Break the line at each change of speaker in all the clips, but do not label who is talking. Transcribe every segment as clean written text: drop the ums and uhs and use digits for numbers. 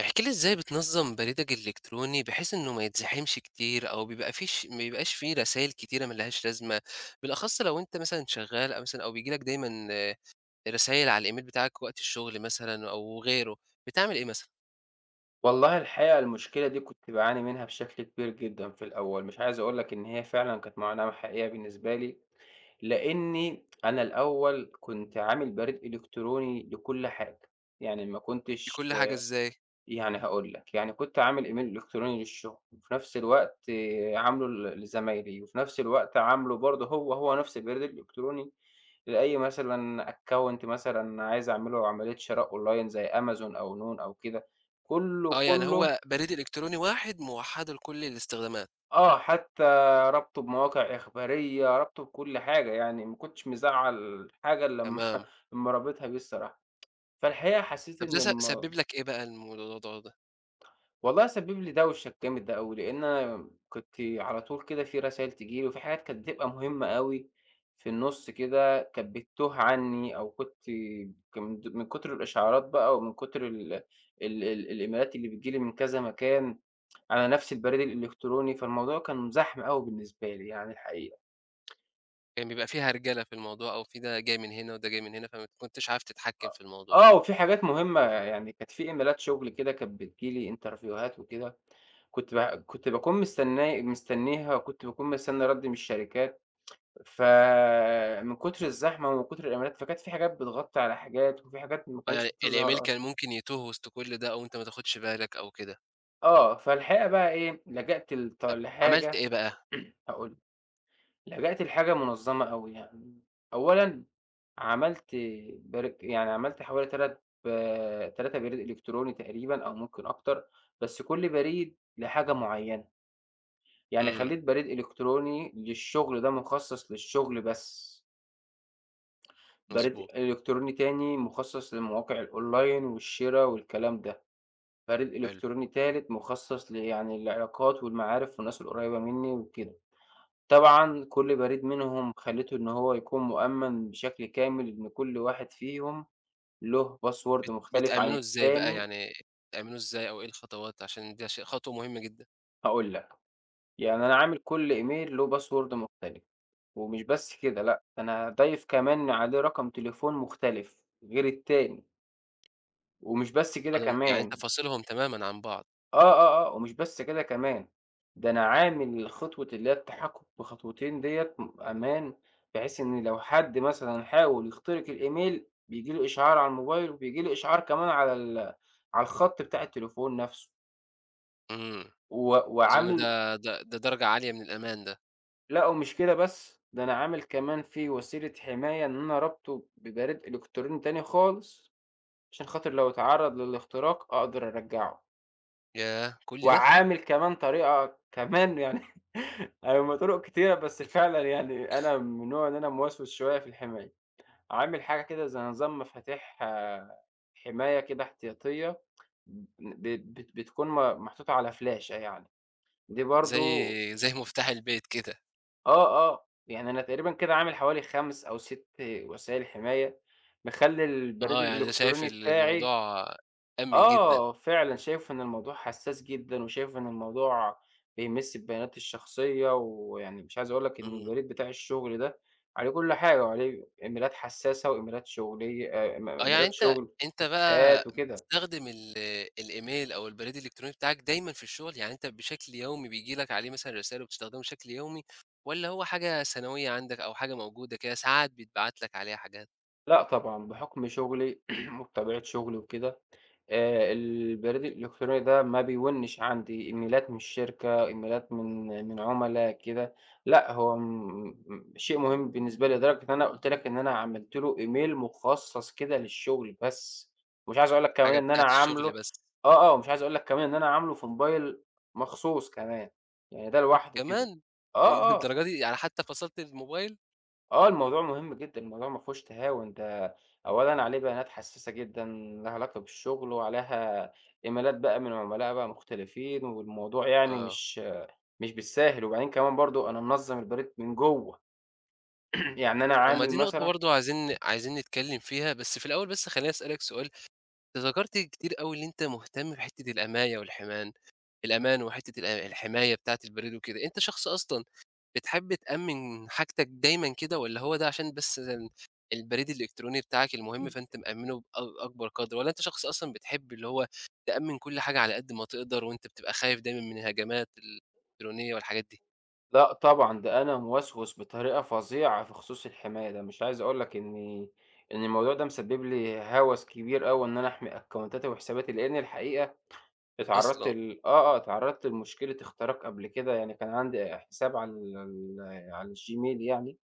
احكِ لي إزاي بتنظّم بريدك الإلكتروني بحيث إنه ما يتزحمش كتير أو بيبقى فيش ما بيبقاش فيه رسايل كتيرة ما لهاش لازمة، بالأخص لو أنت مثلًا شغّال أو بييجي لك دايمًا رسايل على الإيميل بتاعك وقت الشغل مثلًا أو غيره، بتعمل إيه مثلًا؟
والله الحقيقة المشكلة دي كنت باعاني منها بشكل كبير جدًا في الأول، مش عايز أقول لك إن هي فعلًا كانت معاناة حقيقية بالنسبة لي، لإني أنا الأول كنت عامل بريد إلكتروني لكل حاجة. يعني ما كنتش
بكل حاجة إزاي؟
يعني هاقول لك، يعني كنت عامل إيميل إلكتروني للشغل، وفي نفس الوقت عامله لزمايلي، وفي نفس الوقت عامله برضه هو نفس البريد الإلكتروني لأي مثلًا account مثلًا عايز أعمله عملية شراء أونلاين زي أمازون أو نون أو كده. كله،
آه، يعني
كله
هو بريد إلكتروني واحد موحّدة لكل الاستخدامات،
حتى رابطه بمواقع إخبارية، رابطه بكل حاجة، يعني ما كنتش مزعّل حاجة إلّا لمّا
تمام.
لمّا رابطها بيه الصراحة. فالحقيقة حسّيت
طب ده
إن الم
سبِّب لك إيه بقى الموضوع ده؟
والله سبّب لي دوشة جامد أوي، لإن أنا كنت على طول كده في رسايل تيجي لي، وفي حاجات كانت بتبقى مهمة أوي في النُص كده كانت بتتوه عنّي، أو كنت ك من د من كتر الإشعارات بقى ومن كتر ال ال ال الإيميلات اللي بتيجي لي من كذا مكان على نَفْس البريد الإلكتروني. فالموضوع كان زحمة أوي بالنسبة لي يعني الحقيقة.
كان بيبقى في هرجلة في الموضوع أو في ده جاي من هنا وده جاي من هنا، فما كنتش عارف تتحكّم
أ
في الموضوع.
آه، وفي حاجات مهمة يعني كانت في إيميلات شغل كده كانت بتيجي لي انترفيوهات وكده. كنت ب كنت باكون مستني مستنيها، وكنت باكون مستني رَد من الشركات. فمن كتر الزحمة ومن كتر الإيميلات، فكانت في حاجات بتغطي على حاجات وفي حاجات ما
آه،
كانتش
يعني الإيميل
بتظهر
كان
أصلًا.
ممكن يتوه وسط كل ده أو أنت ما تاخدش بالك أو كده،
فالحقيقة بقى إيه، لجأت
طب عملت
لحاجة.
إيه بقى؟
هاقول لك، لجأت لحاجة منظمة أوي يعني. أولًا عملت يعني عملت حوالي 3 بريد إلكتروني تقريبًا أو ممكن أكتر، بس كل بريد لحاجة معيّنة. يعني
إمم،
خلّيت بريد إلكتروني للشغل ده مخصص للشغل بس، بريد
مضبوط،
إلكتروني تاني مخصص لمواقع الأونلاين والشرا والكلام ده، بريد
حلو،
إلكتروني تالت مخصص يعني العلاقات والمعارف والناس القريّبة منّي وكده. طبعًا كل بريد منهم خلّيته إن هو يكون مؤمّن بشكل كامل، إن كل واحد فيهم له باسورد مختلف عن
بتأمِّنه إزاي بقى
التاني.
يعني بتأمِّنه إزاي أو إيه الخطوات عشان ده شيء خطوة مهمة جدًا،
هاقول لك، يعني أنا عامل كل إيميل له باسورد مختلف. ومش بس كده لأ، ده أنا ضايف كمان عليه رقم تليفون مختلف غير التاني. ومش بس كده
آه، ده أن يعني أنت
كمان
فاصلهم تمامًا عن بعض،
ومش بس كده كمان، ده أنا عامل خطوة اللي هي التحقق بخطوتين ديّة أمان، بحيث إن لو حد مثلًا حاول يخترق الإيميل بييجي له إشعار على الموبايل، وبييجي له إشعار كمان على الخط بتاع التليفون نفسه.
إمم،
و
أظن
وعامل
ده درجة عالية من الأمان ده،
لأ ومش كده بس، ده أنا عامل كمان فيه وسيلة حماية إن أنا رابطه ببريد إلكتروني تاني خالص، عشان خاطر لو اتعرّض للاختراق أقدر أرجّعه.
ياه! كل ده
وعامل كمان طريقة كمان يعني هُم طرق كتيرة، بس فعلًا يعني أنا من النوع إن أنا موسوس شوية في الحماية. عامل حاجة كده زي نظام مفاتيح حماية كده احتياطية ب بت بتكون محطوطة على فلاشة يعني. دي
زي
برضه
زي مفتاح البيت كده،
آه، يعني أنا تقريبًا كده عامل حوالي 5 أو 6 وسائل حماية، مخلّي البريد
آه، يعني ده شايف
الإلكتروني بتاعي
الموضوع أمِّن جدًا،
فعلًا شايف إن الموضوع حساس جدًا، وشايف إن الموضوع بيمس ببياناتي الشخصية. ويعني مش عايز أقول لك إن
إمم.
البريد بتاع الشغل ده عليه كل حاجة، وعليه إيميلات حساسة وإيميلات شغلية
آه، يعني
إيميلات
أنت
شغل
بقى
واتفاقات وكده.
بتستخدم الإيميل أو البريد الإلكتروني بتاعك دايمًا في الشغل، يعني أنت بشكل يومي بييجي لك عليه مثلًا رسالة وبتستخدمه بشكل يومي، والّا هو حاجة سنوية عندك أو حاجة موجودة كده ساعات بيتبعت لك عليها حاجات،
لأ طبعًا، بحُكم شُغلي وبطبيعة شُغلي وكده، البريد الإلكتروني ده ما بيوِّنش عندي إيميلات من الشركة، إيميلات من عُملا كده. لأ هو شيء مهم بالنسبة لي، لدرجة إن أنا قُلت لك إن أنا عملت له إيميل مخصّص كده للشُغل بس. ومش عايز أقول لك كمان
حاجة
إن أنا
بتاعة الشغل
عامله
بس؟
ومش عايز أقول لك كمان إن أنا عامله في موبايل مخصوص كمان، يعني ده لوحده كده.
كمان!
آه، آه.
للدرجة دي يعني حتى فصلت الموبايل؟
آه، الموضوع مهم جدًا، الموضوع ما فيهوش تهاون. ده أولًا عليه بيانات حساسة جدًا لها علاقة بالشغل، وعليها إيميلات بقى من عملاء بقى مختلفين. والموضوع يعني
آه،
مش بالساهل. وبعدين كمان برضه أنا منظّم البريد من جوّه. يعني أنا
آه، ما
عامل
دي نقطة
مثلًا
برضه عايزين نتكلم فيها، بس في الأول بس خلّيني أسألك سؤال، أنت ذكرت كتير أوي إن أنت مهتم بحتة الأماية والحماية. الأمان وحتّة الحماية بتاعة البريد وكده، أنت شخص أصلًا بتحب تأمّن حاجتك دايمًا كده والّا هو ده عشان بس البريد الإلكتروني بتاعك المهم فأنت مأمّنه أكبر قدر، والّا أنت شخص أصلًا بتحب اللي هو تأمّن كل حاجة على قد ما تقدر وأنت بتبقى خايف دايمًا من الهجمات الإلكترونية والحاجات دي؟
لأ طبعًا، ده أنا موسوس بطريقة فظيعة في خصوص الحماية ده. مش عايز أقول لك إن الموضوع ده مسبب لي هَوَس كبير أوي إن أنا أحمي أكونتاتي وحساباتي، لإن الحقيقة اتعرّضت
أصلًا،
ل آه، آه، اتعرّضت لمشكلة اختراق قبل كده. يعني كان عندي حساب على الGmail يعني.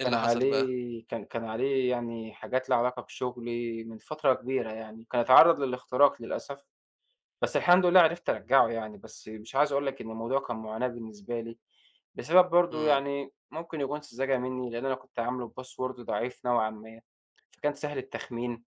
إيه
كان
اللي حصل بقى؟
عليه كان كان عليه يعني حاجات ليها علاقة بشغلي من فترة كبيرة يعني، كان اتعرّض للاختراق للأسف. بس الحمد لله عرفت أرجّعه يعني. بس مش عايز أقول لك إن الموضوع كان معاناة بالنسبة لي، بسبب برضه
إمم،
يعني ممكن يكون سذاجة منّي، لإن أنا كنت عامله بpassword ضعيف نوعًا ما، فكان سهل التخمين.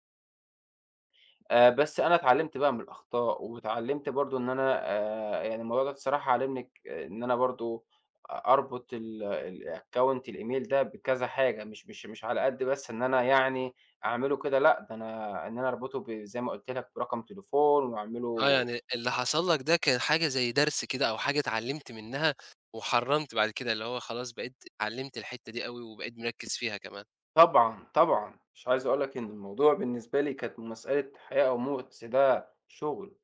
بس أنا اتعلّمت بقى من الأخطاء، واتعلّمت برضه إن أنا يعني الموضوع ده الصراحة علّمني ك آه، إن أنا برضه أربط ال account الإيميل ده بكذا حاجة، مش على قد بس إن أنا يعني أعمله كده لأ، ده أنا إن أنا أربطه زي ما قُلت لك برقم تليفون
آه
وأعمله.
يعني اللي حصل لك ده كان حاجة زي درس كده أو حاجة اتعلمت منها وحرّمت بعد كده، اللي هو خلاص بقيت اتعلمت الحتّة دي أوي وبقيت مركّز فيها كمان.
طبعًا، طبعًا. مش عايز أقول لك إن الموضوع بالنسبة لي كانت مسألة حياة أو موت، أصل ده شُغل.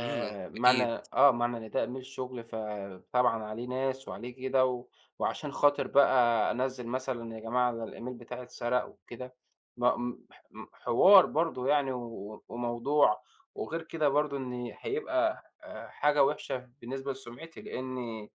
إمم، أكيد.
آه، معنى إن ده إيميل شغل فطبعًا عليه ناس وعليه كده، وعشان خاطر بقى أنزّل مثلًا يا جماعة ده الإيميل بتاعي اتسرق وكده، ما م ح م حوار برضه يعني وموضوع، وغير كده برضه إن هيبقى حاجة وِحشة بالنسبة لسُمعتي، لإن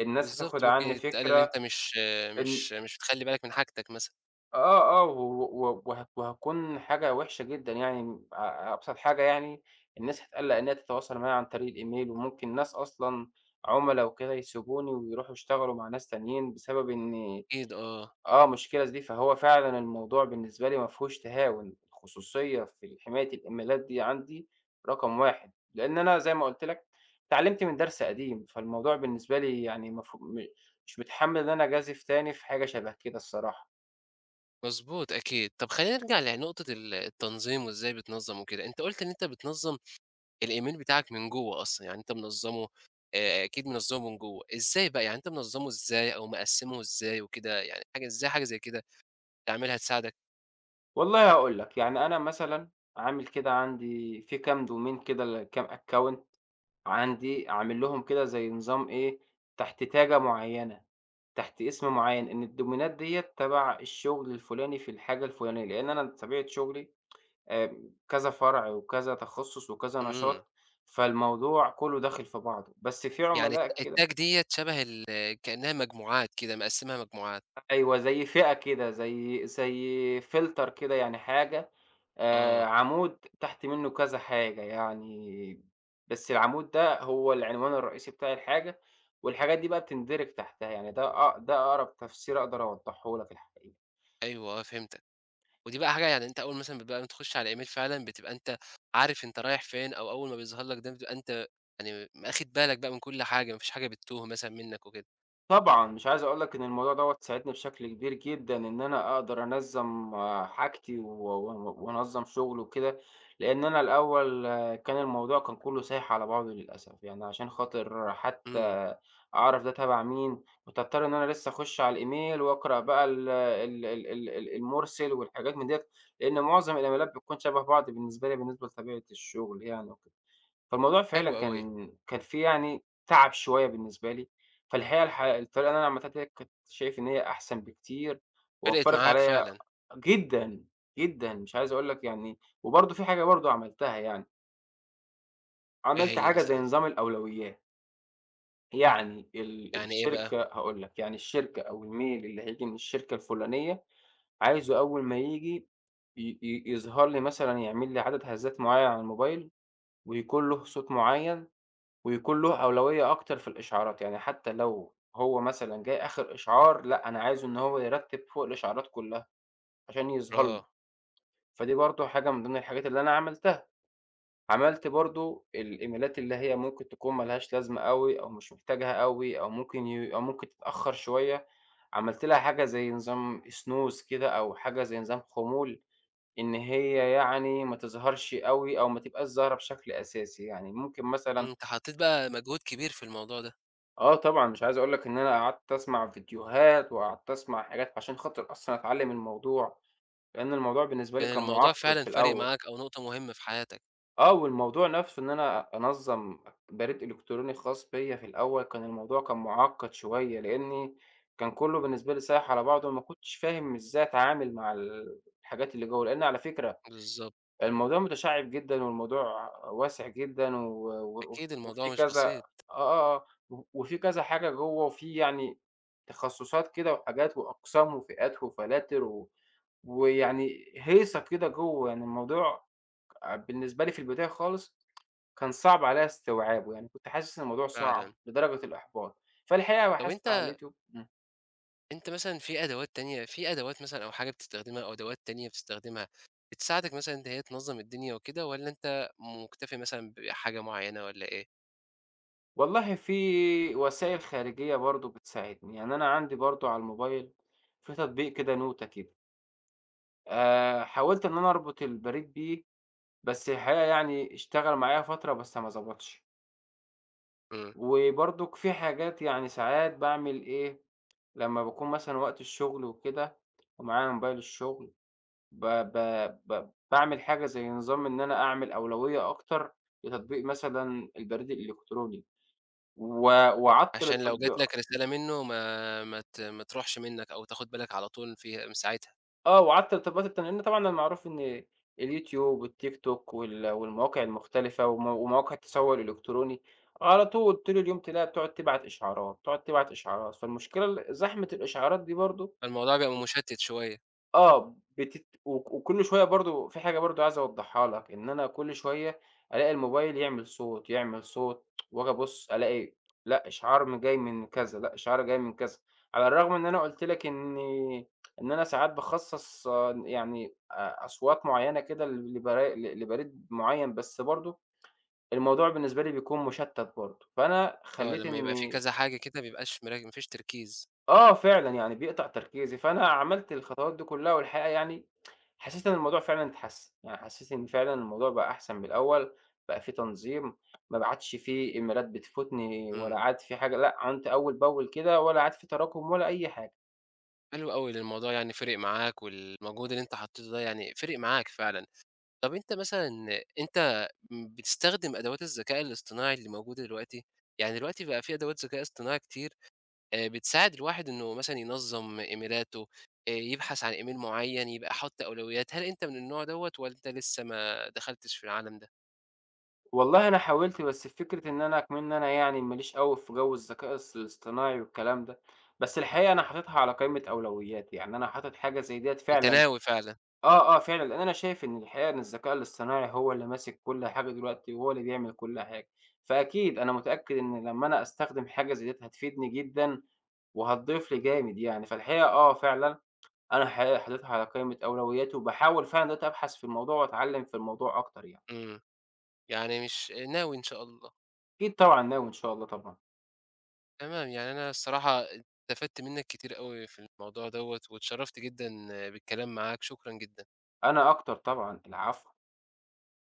الناس هتاخد
بالضبط، ممكن
عنّي
يتقال اللي
فكرة
أنت مش
إن
بتخلّي بالك من حاجتك مثلًا،
آه، آه، و و وه وهتكون حاجة وحشة جدًا يعني. أبسط حاجة يعني الناس هتقلّق إنها تتواصل معايا عن طريق الإيميل. وممكن ناس أصلًا عُملا وكده يسيبوني ويروحوا يشتغلوا مع ناس تانيين بسبب إن
أكيد آه،
آه، مشكلة دي. فهو فعلًا الموضوع بالنسبة لي ما فيهوش تهاون. الخصوصية في حماية الإيميلات دي عندي رقم 1، لإن أنا زي ما قُلت لك اتعلمت من درس قديم. فالموضوع بالنسبة لي يعني مفهو م مش متحمّل إن أنا أجازف تاني في حاجة شبه كده الصراحة.
مضبوط أكيد. طب خلّينا نرجع لنقطة التنظيم وإزاي بتنظّم وكده، أنت قُلت إن أنت بتنظّم الإيميل بتاعك من جوّه أصلًا، يعني أنت منظّمه أكيد منظّمه من جوّه، إزاي بقى يعني أنت منظّمه إزاي أو مقسّمه إزاي وكده يعني حاجة إزاي حاجة زي كده تعملها تساعدك؟
والله هاقول لك، يعني أنا مثلًا عامل كده عندي في كام domain كده ل كام account، عندي عامل لهم كده زي نظام إيه، تحت تاجة معيّنة، تحت اسم معيّن، إن الدومينات ديّة تبع الشغل الفلاني في الحاجة الفلانية، لإن أنا طبيعة شغلي كذا فرع وكذا تخصُّص وكذا
إمم،
نشاط. فالموضوع كلّه داخل في بعضه، بس في
يعني
عملاء كده.
التاج ديّة شبه كأنها مجموعات كده مقسّمها مجموعات،
أيوه، زي فئة كده، زي filter كده يعني حاجة.
آه،
عمود تحت منّه كذا حاجة يعني، بس العمود ده هو العنوان الرئيسي بتاع الحاجة، والحاجات دي بقى بتندرج تحتها، يعني ده أقرب تفسير أقدر أوضّحه لك الحقيقة.
أيوه آه، فهمتك. ودي بقى حاجة يعني أنت أول مثلًا بتبقى بتخش على إيميل فعلًا بتبقى أنت عارف أنت رايح فين، أو أول ما بيظهر لك ده بتبقى أنت يعني واخد بالك بقى من كل حاجة، ما فيش حاجة بتتوه مثلًا منك وكده.
طبعًا، مش عايز أقول لك إن الموضوع دوّة ساعدني بشكل كبير جدًا إن أنا أقدر أنظّم حاجتي و و وأنظّم شغلي وكده، لإن أنا الأول كان الموضوع كان كلّه سايح على بعضه للأسف. يعني عشان خاطر حتى
إمم،
أعرف ده تبع مين، كنت أضطر إن أنا لسه أخش على الإيميل وأقرأ بقى ال ال ال ال ال المرسل والحاجات من ديّة، لإن معظم الإيميلات بتكون شبه بعض بالنسبة لي، بالنسبة لطبيعة الشغل يعني وكده. فالموضوع فعلًا
حلو أوي.
كان في يعني تعب شوية بالنسبة لي. فالحقيقة الطريقة اللي أنا عملتها ديّة كنت شايف إن هي أحسن بكتير،
فرقت
ووفّرت
معاك
عليَّ
فعلًا،
جدًا، جدًا. مش عايز أقول لك يعني وبرضه في حاجة برضه عملتها يعني،
إيه
عملت
هي
حاجة زي
مثلًا؟
نظام الأولويات. يعني ال
يعني إيه بقى؟
الشركة هاقول لك، يعني الشركة أو الmail اللي هييجي من الشركة الفلانية عايزه أول ما ييجي ي ي يظهر لي، مثلًا يعمل لي عدد هزات معيّن على الموبايل، ويكون له صوت معيّن. ويكون له أولوية أكتر في الإشعارات. يعني حتى لو هو مثلًا جاي آخر إشعار، لأ أنا عايزه إن هو يرتّب فوق الإشعارات كلّها عشان يظهر لي.
آه،
فدي برضه حاجة من ضمن الحاجات اللي أنا عملتها. عملت برضه الإيميلات اللي هي ممكن تكون ما لهاش لازمة أوي أو مش محتاجها أوي أو ممكن أو ممكن تتأخّر شوية، عملت لها حاجة زي نظام snooze كده أو حاجة زي نظام خمول، إن هي يعني ما تظهرش أوي أو ما تبقاش ظاهرة بشكل أساسي، يعني ممكن مثلًا
إمم، أنت حطيت بقى مجهود كبير في الموضوع ده،
آه طبعًا. مش عايز أقول لك إن أنا قعدت أسمع فيديوهات، وقعدت أسمع حاجات عشان خاطر أصلًا أتعلّم الموضوع، لإن الموضوع بالنسبة لي
كان
كان
الموضوع
مُعقّد
فعلًا
في
فارق
الأول.
معاك أو نقطة مهمة في حياتك.
آه، والموضوع نَفْسه إن أنا أنظّم بريد إلكتروني خاص بيّا في الأول، كان الموضوع كان مُعقّد شوية، لإني كان كُلّه بالنسبة لي سايح على بعضه، وما كنتش فاهم إزاي أتعامل مع الحاجات اللي جوّه، لإن على فكرة
بالضبط،
الموضوع متشعّب جدًا والموضوع واسع جدًا و
أكيد
وفي
الموضوع مش
كذا
بسيط
آه، آه، آه، وفي كذا حاجة جوّه، وفي يعني تخصُّصات كده وحاجات وأقسام وفئات وفلاتر ويعني هيصة كده جوّه. يعني الموضوع بالنسبة لي في البداية خالص كان صعب عليّا استيعابه، يعني كنت حاسس إن الموضوع صعب
فعلًا.
لدرجة الإحباط. فالحقيقة
طب
بحثت على
أنت
اليوتيوب.
مثلًا في أدوات تانية في أدوات مثلًا أو حاجة بتستخدمها أو أدوات تانية بتستخدمها بتساعدك مثلًا إن هي تنظّم الدنيا وكده والّا أنت مُكتفي مثلًا بحاجة معيّنة والّا إيه؟
والله في وسائل خارجية برضه بتساعدني، يعني أنا عندي برضه على الموبايل في تطبيق كده نوتة كده. حاولت إن أنا أربط البريد بيه، بس الحقيقة يعني اشتغل معايا فترة بس ما ضبطش.
إمم.
وبرضُك في حاجات يعني ساعات باعمل إيه، لمّا باكون مثلًا وقت الشغل وكده ومعايا موبايل الشغل، ب ب ب باعمل حاجة زي نظام إن أنا أعمل أولوية أكتر لتطبيق مثلًا البريد الإلكتروني، و وأعطّل
عشان لو جات
التطبيق.
لك رسالة منّه ما تروحش منّك أو تاخُد بالك على طول فيها من ساعتها.
آه، وقعدت ارتبطت لإن طبعًا المعروف إن اليوتيوب والتيك توك والمواقع المختلفة ومواقع التسوّق الإلكتروني، على طول طول اليوم تلاقيها بتقعد تبعت إشعارات، تقعد تبعت إشعارات. فالمشكلة زحمة الإشعارات دي برضه
فالموضوع بيبقى مُشتِّت شوية.
آه، بتت وك وكل شوية برضه في حاجة برضه عايز أوضّحها لك، إن أنا كل شوية ألاقي الموبايل يعمل صوت، يعمل صوت، وآجي أبُص ألاقي لأ إشعار جاي من كذا، لأ إشعار جاي من كذا، على الرغم إن أنا قُلت لك إن أنا ساعات باخصّص يعني أصوات معيّنة كده ل لبرا ل لبريد معيّن، بس برضه الموضوع بالنسبة لي بيكون مشتّت برضه. فأنا
آه.
خلّيت
لمّا يبقى في
إن
كذا حاجة كده ما بيبقاش ما فيش تركيز.
آه فعلًا، يعني بيقطع تركيزي. فأنا عملت الخطوات دي كلّها والحقيقة يعني حسّيت إن الموضوع فعلًا اتحسّن، يعني حسّيت إن فعلًا الموضوع بقى أحسن من الأول، بقى في تنظيم، ما عادش في إيميلات بتفوتني
إمم.
ولا عاد في حاجة لأ، عُنت أول بأول كده ولا عاد في تراكم ولا أي حاجة.
حلو أوي إن الموضوع يعني فِرِق معاك والمجهود اللي أنت حطّيته ده يعني فِرِق معاك فعلًا. طب أنت مثلًا أنت بتستخدم أدوات الذكاء الاصطناعي اللي موجودة دلوقتي؟ يعني دلوقتي بقى في أدوات ذكاء اصطناعي كتير بتساعد الواحد إنه مثلًا ينظّم إيميلاته، يبحث عن إيميل معيّن، يبقى حاطط أولويات، هل أنت من النوع دوّة والّا أنت لسه ما دخلتش في العالم ده؟
والله أنا حاولت بس فكرة إن أنا إكمن أنا يعني ما ليش أوي في جو الذكاء الاصطناعي والكلام ده، بس الحقيقة أنا حاططها على قائمة أولوياتي، يعني أنا حاطط حاجة زي ديّة
أنت
فعلًا.
ناوي فعلًا،
آه، آه، فعلًا، لإن أنا شايف إن الحقيقة إن الذكاء الاصطناعي هو اللي ماسك كل حاجة دلوقتي، وهو اللي بيعمل كل حاجة، فأكيد أنا متأكد إن لمّا أنا أستخدم حاجة زي ديّة هتفيدني جدًا، وهتضيف لي جامد يعني. فالحقيقة فعلًا أنا الحقيقة حاططها على قائمة أولوياتي، وباحاول فعلًا دلوقتي أبحث في الموضوع وأتعلّم في الموضوع أكتر يعني.
إمم، يعني مش ناوي إن شاء الله،
أكيد طبعًا ناوي إن شاء الله طبعًا.
تمام، يعني أنا الصراحة استفدت منّك كتير أوي في الموضوع دوّة، واتشرّفت جدًا بالكلام معاك، شكرًا جدًا.
أنا أكتر طبعًا، العفو.